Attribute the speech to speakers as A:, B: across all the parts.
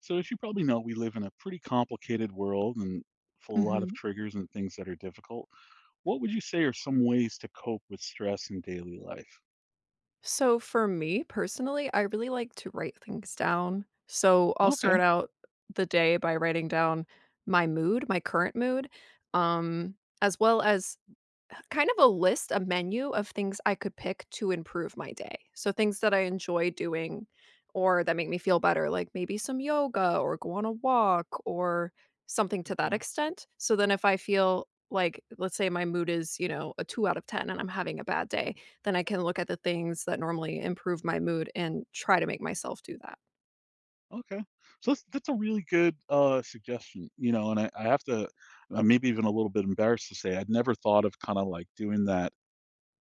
A: So, as you probably know, we live in a pretty complicated world and full a lot of
B: Mhm.
A: triggers and things that are difficult. What would you say are some ways to cope with stress in daily life?
B: So for me personally, I really like to write things down. So I'll
A: Okay,
B: start out the day by writing down my mood, my current mood, um, as well as kind of a list, a menu of things I could pick to improve my day. So things that I enjoy doing or that make me feel better, like maybe some yoga or go on a walk or something to that
A: okay,
B: extent. So then if I feel like, let's say my mood is, you know, a 2 out of 10 and I'm having a bad day, then I can look at the things that normally improve my mood and try to make myself do that.
A: okay. So that's a really good suggestion. And I have to, maybe even a little bit embarrassed to say, I'd never thought of kind of like doing that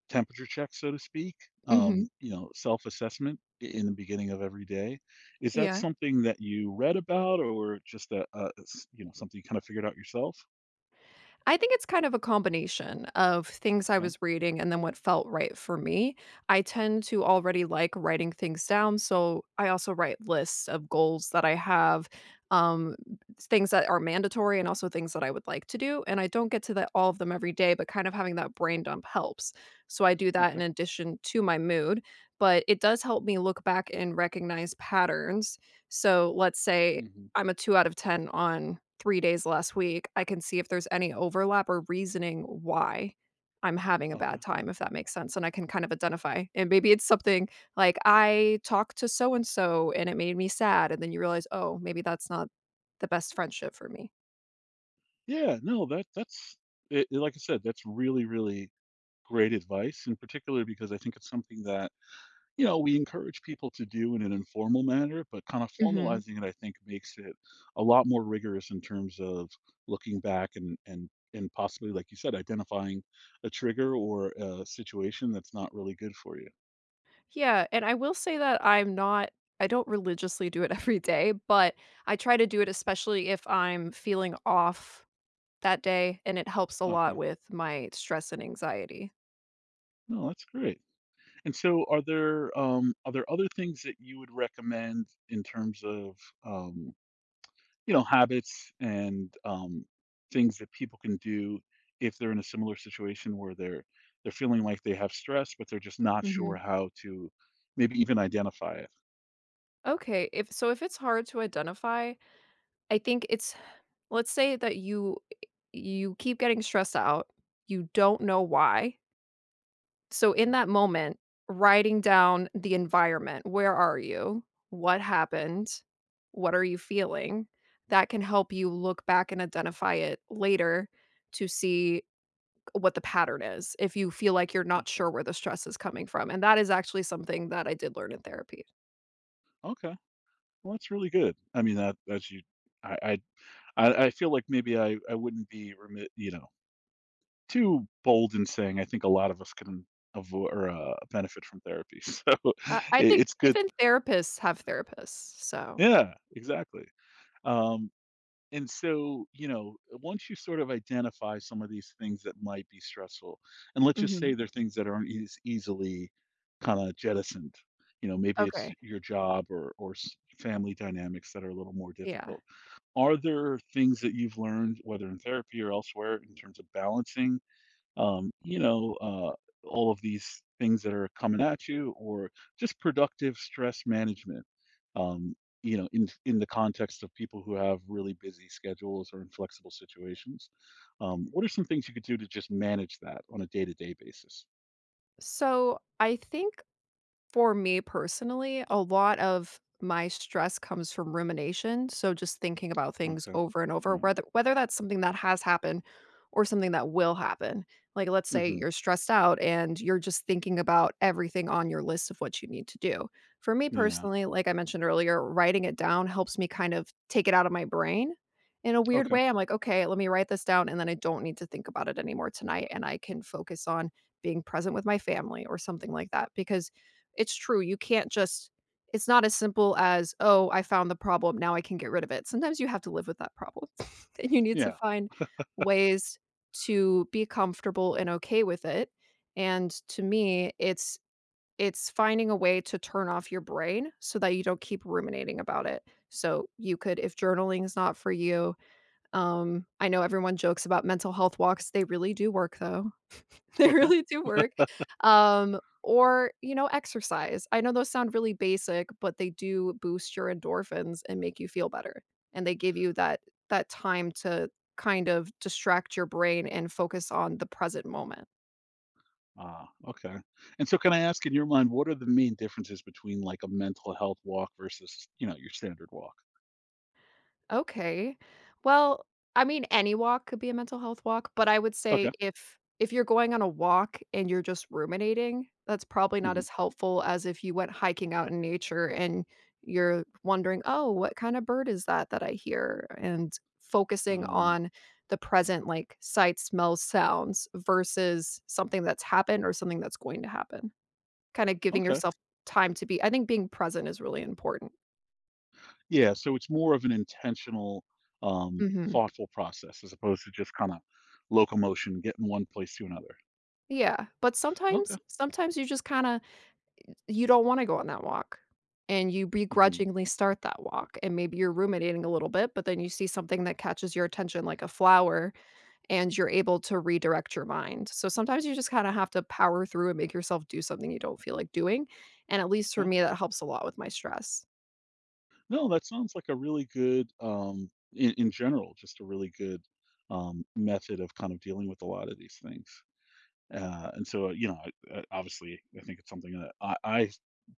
A: temperature check, so to speak.
B: Mhm.
A: Self-assessment in the beginning of every day. Is that
B: Yeah.
A: something that you read about, or just something you kind of figured out yourself?
B: I think it's kind of a combination of things I
A: Okay.
B: was reading and then what felt right for me. I tend to already like writing things down, so I also write lists of goals that I have, um, things that are mandatory and also things that I would like to do, and I don't get to the all of them every day, but kind of having that brain dump helps. So I do that in
A: Okay.
B: addition to my mood, but it does help me look back and recognize patterns. So let's say
A: Mhm.
B: I'm a 2 out of 10 on 3 days last week, I can see if there's any overlap or reasoning why I'm having a
A: Okay.
B: bad time, if that makes sense, and I can kind of identify, and maybe it's something like, "I talked to so and so, and it made me sad," and then you realize, "Oh, maybe that's not the best friendship for me."
A: Yeah, no, that that's it, it- like I said, that's really, really great advice, in particular because I think it's something that, you know, we encourage people to do in an informal manner, but kind of
B: Mhm.
A: formalizing it, I think, makes it a lot more rigorous in terms of looking back and possibly, like you said, identifying a trigger or a situation that's not really good for you.
B: Yeah, and I will say that I'm not— I don't religiously do it every day, but I try to do it especially if I'm feeling off that day, and it helps a lot
A: Okay.
B: with my stress and anxiety.
A: No, that's great. And so are there other things that you would recommend in terms of um habits and things that people can do if they're in a similar situation where they're feeling like they have stress, but they're just not sure
B: Mhm.
A: how to maybe even identify it.
B: Okay, if— so if it's hard to identify, I think it's— let's say that you keep getting stressed out, you don't know why. So in that moment, writing down the environment, where are you? What happened? What are you feeling? That can help you look back and identify it later to see what the pattern is, if you feel like you're not
A: Okay.
B: sure where the stress is coming from, and that is actually something that I did learn in therapy.
A: Okay. Well, that's really good. I mean, that as you. I I I feel like maybe I wouldn't be remit, too bold in saying I think a lot of us can avoid or benefit from therapy. So
B: I
A: it,
B: think
A: it's good.
B: even therapists have therapists, so—
A: Yeah. Exactly. Um, And so, once you sort of identify some of these things that might be stressful, and let's just
B: Mhm.
A: say they're things that aren't as easily kind of jettisoned. You know, maybe it's
B: Okay,
A: your job or family dynamics that are a little more
B: yeah.
A: difficult. Are there things that you've learned, whether in therapy or elsewhere, in terms of balancing? um, you know, uh, all of these things that are coming at you, or just productive stress management. Um, in the context of people who have really busy schedules or inflexible situations, what are some things you could do to just manage that on a day to day basis?
B: So, I think— for me personally, a lot of my stress comes from rumination, so just thinking about things
A: Okay.
B: over and over,
A: Yeah.
B: whether that's something that has happened or something that will happen. Like, let's say
A: Hmm.
B: you're stressed out and you're just thinking about everything on your list of what you need to do. For me
A: Yeah.
B: personally, like I mentioned earlier, writing it down helps me kind of take it out of my brain in a weird
A: Okay.
B: way. I'm like, okay, let me write this down, and then I don't need to think about it anymore tonight, and I can focus on being present with my family or something like that, because it's true. You can't just— it's not as simple as, "Oh, I found the problem, now I can get rid of it." Sometimes you have to live with that problem, and you need to
A: Yeah.
B: find ways to be comfortable and okay with it, and to me, it's— it's finding a way to turn off your brain so that you don't keep ruminating about it. So, you could— if journaling is not for you, I know everyone jokes about mental health walks, they really do work, though. They
A: Okay.
B: really do work. Or, you know, exercise. I know those sound really basic, but they do boost your endorphins and make you feel better. And they give you that— that time to kind of distract your brain and focus on the present moment.
A: Ah. Okay. And so, can I ask, in your mind, what are the main differences between like a mental health walk versus your standard walk?
B: Okay. Well, I mean, any walk could be a mental health walk, but I would say
A: Okay.
B: if— if you're going on a walk and you're just ruminating, that's probably not
A: Hmm.
B: as helpful as if you went hiking out in nature and you're wondering, "Oh, what kind of bird is that that I hear?" and focusing
A: Uh,
B: on the present, like sights, smells, sounds, versus something that's happened or something that's going to happen. Kind of giving
A: okay.
B: yourself time to be— I think being present is really important.
A: Yeah, so it's more of an intentional,
B: Mhm.
A: thoughtful process as opposed to just kinda locomotion, getting one place to another.
B: Yeah, but sometimes
A: Okay.
B: sometimes you just kinda— you don't wanna go on that walk, and you
A: Mhm.
B: begrudgingly start that walk, and maybe you're ruminating a little bit, but then you see something that catches your attention, like a flower, and you're able to redirect your mind. So sometimes you just kinda have to power through and make yourself do something you don't feel like doing, and at least for
A: Okay.
B: me, that helps a lot with my stress.
A: No, that sounds like a really good, in general, just a really good, method of kind of dealing with a lot of these things. And so, I obviously, I think it's something that I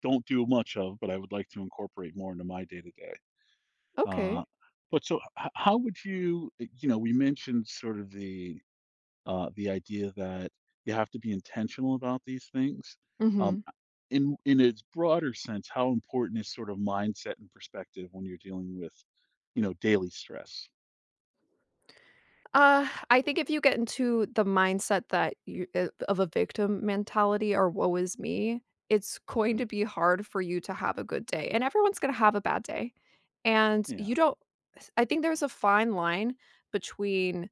A: don't do much of, but I would like to incorporate more into my day-to-day.
B: Okay.
A: Uh, but so h how would you, we mentioned sort of the idea that you have to be intentional about these things. Um,
B: Mhm.
A: in its broader sense, how important is sort of mindset and perspective when you're dealing with, you know, daily stress?
B: I think if you get into the mindset that you of a victim mentality or woe is me, it's going to
A: Okay.
B: be hard for you to have a good day. And everyone's going to have a bad day. And
A: Yeah.
B: you don't— I think there's a fine line between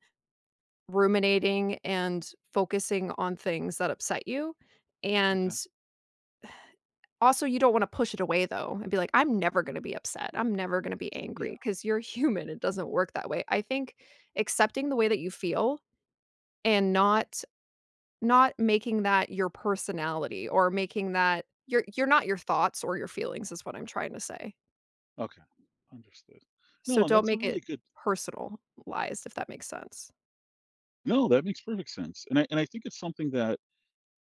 B: ruminating and focusing on things that upset you. And
A: Okay.
B: also you don't want to push it away though and be like, I'm never going to be upset. I'm never going to be angry,
A: Yeah.
B: because you're human. It doesn't work that way. I think accepting the way that you feel and not— not making that your personality, or making that— you're— you're not your thoughts or your feelings, is what I'm trying to say.
A: Okay. Understood.
B: So
A: No, and
B: don't
A: that's a
B: make it
A: really good.
B: personalized, if that makes sense.
A: No, that makes perfect sense. And I think it's something that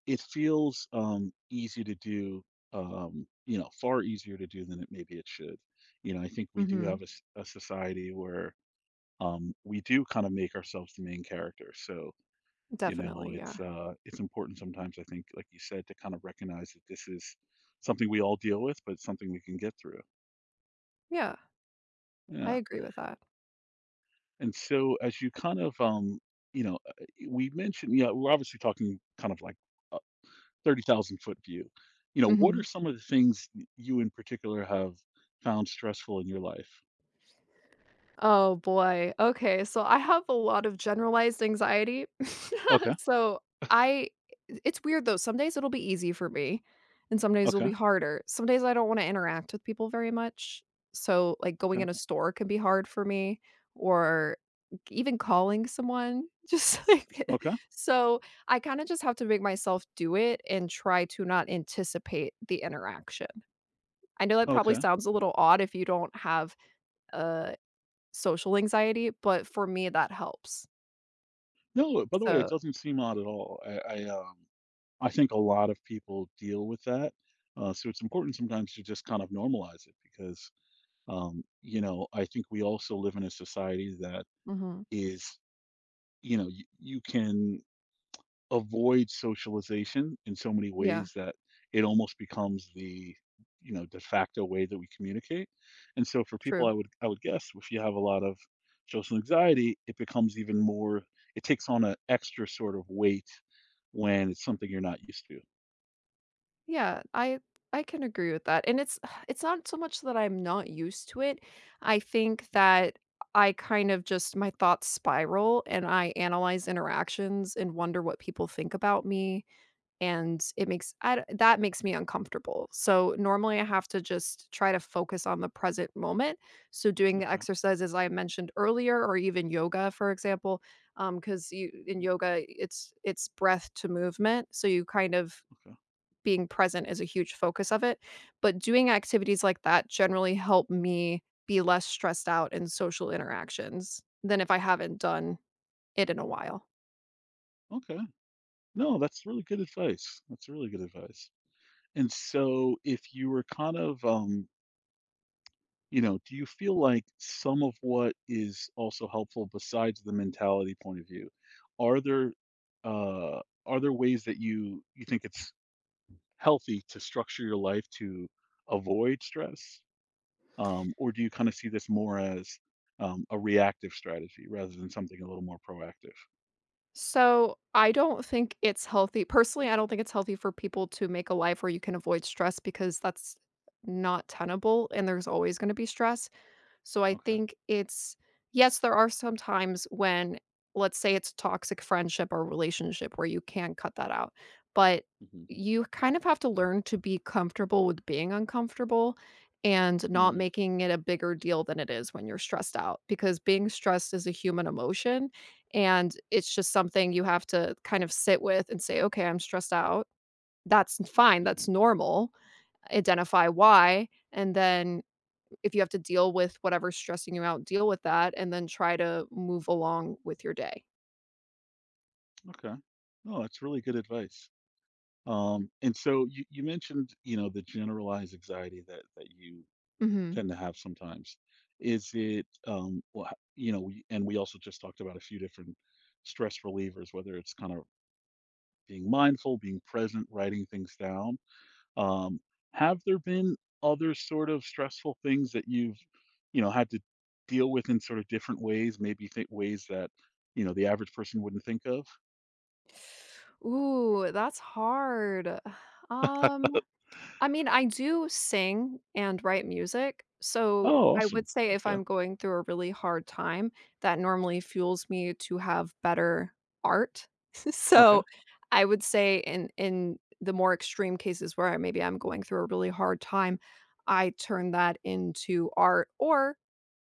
A: it feels easy to do. You know, far easier to do than it maybe it should. You know, I think we do
B: Mhm.
A: have a society where we do kind of make ourselves the main character. So,
B: Definitely, yeah.
A: it's important sometimes. I think, like you said, to kind of recognize that this is something we all deal with, but it's something we can get through.
B: Yeah, I
A: Yeah.
B: agree with that.
A: And so, as you kind of, you know, uh, we mentioned, yeah, we're obviously talking kind of like a 30,000-foot view. You know, what are
B: Mhm.
A: some of the things you in particular have found stressful in your life?
B: Oh boy. Okay, so I have a lot of generalized anxiety.
A: Okay.
B: So I— it's weird though. Some days it'll be easy for me and some days it'll
A: Okay.
B: be harder. Some days I don't want to interact with people very much. So like going
A: Okay.
B: in a store can be hard for me, or even calling someone. Just like
A: Okay.
B: so I kind of just have to make myself do it and try to not anticipate the interaction. I know that probably
A: Okay.
B: sounds a little odd if you don't have uh social anxiety, but for me, that helps.
A: No, by the way, it
B: So—
A: doesn't seem odd at all. I think a lot of people deal with that. So it's important sometimes to just kind of normalize it because, I think we also live in a society that
B: mhm,
A: is, you can avoid socialization in so many
B: yeah,
A: ways that it almost becomes the, de facto way that we communicate. And so for people,
B: true.
A: I would guess if you have a lot of social anxiety, it becomes even more, it takes on an extra sort of weight when it's something you're not used to.
B: Yeah, I— I can agree with that, and it's it's not so much that I'm not used to it, I think that I kind of— just my thoughts spiral, and I analyze interactions and wonder what people think about me. And it makes— I d— that makes me uncomfortable. So, normally, I have to just try to focus on the present moment. So, doing the
A: Okay.
B: exercises I mentioned earlier or even yoga, for example, because you— in yoga, it's— it's breath to movement, so you kind of—
A: Okay.
B: being present is a huge focus of it, but doing activities like that generally help me be less stressed out in social interactions than if I haven't done it in a while.
A: Okay. No, that's really good advice. That's really good advice. And so if you were kind of do you feel like some of what is also helpful besides the mentality point of view? Are there uh are there ways that you think it's healthy to structure your life to avoid stress? Or do you kind of see this more as a reactive strategy rather than something a little more proactive?
B: So, I don't think it's healthy. Personally, I don't think it's healthy for people to make a life where you can avoid stress, because that's not tenable and there's always going to be stress. So I
A: Okay.
B: think it's— yes, there are some times when, let's say it's a toxic friendship or relationship where you can cut that out, but
A: Hmm.
B: you kind of have to learn to be comfortable with being uncomfortable, and not
A: Hmm.
B: making it a bigger deal than it is when you're stressed out, because being stressed is a human emotion and it's just something you have to kind of sit with and say, okay, I'm stressed out. That's fine.
A: Hmm.
B: That's normal. Identify why and then, if you have to deal with whatever's stressing you out, deal with that and then try to move along with your day.
A: Okay. No, that's really good advice. And so you mentioned, the generalized anxiety that you
B: Mhm.
A: tend to have sometimes. Is it, well, and we also just talked about a few different stress relievers, whether it's kind of being mindful, being present, writing things down. Um, have there been other sort of stressful things that you've, had to deal with in sort of different ways, maybe think ways that, the average person wouldn't think of?
B: Ooh, that's hard. Um, I mean, I do sing and write music, so
A: Oh,
B: I
A: awesome.
B: would say if
A: Okay.
B: I'm going through a really hard time, that normally fuels me to have better art.
A: Okay.
B: So, I would say in— in the more extreme cases where I— maybe I'm going through a really hard time, I turn that into art, or—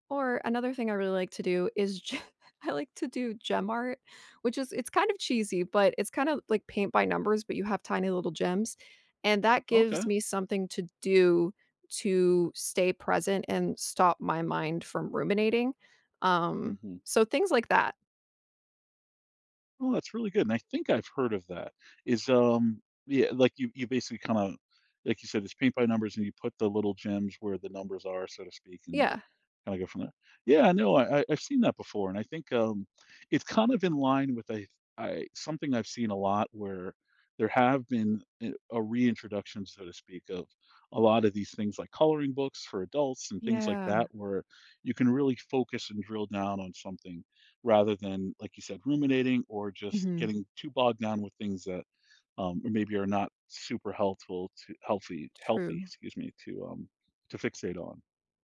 B: or another thing I really like to do is ge- I like to do gem art, which is— it's kind of cheesy, but it's kind of like paint by numbers, but you have tiny little gems, and that
A: Okay.
B: gives me something to do to stay present and stop my mind from ruminating, um,
A: Hmm.
B: so things like that.
A: Oh, that's really good, and I think I've heard of that. Yeah, like, you basically kinda like you said, it's paint by numbers, and you put the little gems where the numbers are, so to speak, and
B: Yeah.
A: kinda go from there. Yeah, no, I've seen that before, and I think, it's kind of in line with I something I've seen a lot where there have been a reintroduction, so to speak, of a lot of these things like coloring books for adults and things like
B: Yeah.
A: that, where you can really focus and drill down on something rather than, like you said, ruminating or
B: Mhm.
A: just
B: Mhm.
A: getting too bogged down with things that, or maybe are not super helpful to healthy,
B: True.
A: excuse me, to fixate on.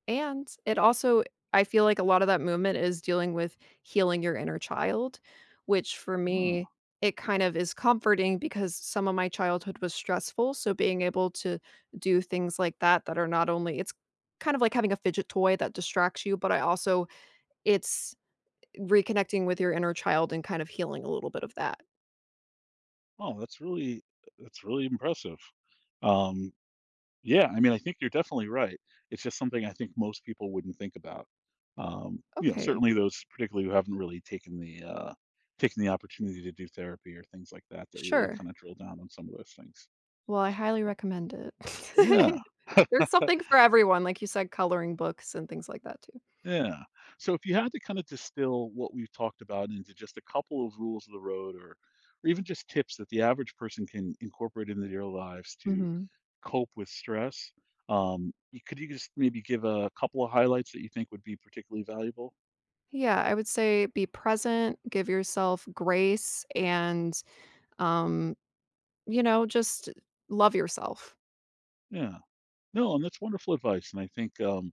B: And it also— I feel like a lot of that movement is dealing with healing your inner child, which for me,
A: Ah.
B: it kind of is comforting, because some of my childhood was stressful, so being able to do things like that that are not only— it's kind of like having a fidget toy that distracts you, but I also— it's reconnecting with your inner child and kind of healing a little bit of that.
A: Oh, that's really impressive. Um, yeah, I mean, I think you're definitely right. It's just something I think most people wouldn't think about.
B: Okay.
A: Certainly those particularly who haven't really taken the opportunity to do therapy or things like that that really
B: Sure.
A: kind of drill down on some of those things.
B: Well, I highly recommend it.
A: Yeah.
B: There's something for everyone, like you said, coloring books and things like that too.
A: Yeah. So if you had to kind of distill what we've talked about into just a couple of rules of the road or even just tips that the average person can incorporate into their lives to
B: Mhm.
A: cope with stress. You just maybe give a couple of highlights that you think would be particularly valuable?
B: Yeah, I would say be present, give yourself grace, and, um, you know, just love yourself.
A: Yeah. No, and that's wonderful advice. And I think, um,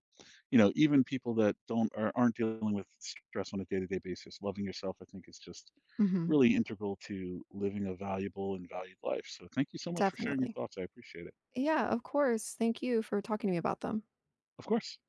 A: you know, even people that don't are, aren't dealing with stress on a day-to-day basis, loving yourself, I think, is just
B: Mhm.
A: really integral to living a valuable and valued life. So thank you so much for sharing your
B: Definitely.
A: thoughts. I appreciate it.
B: Yeah, of course. Thank you for talking to me about them.
A: Of course.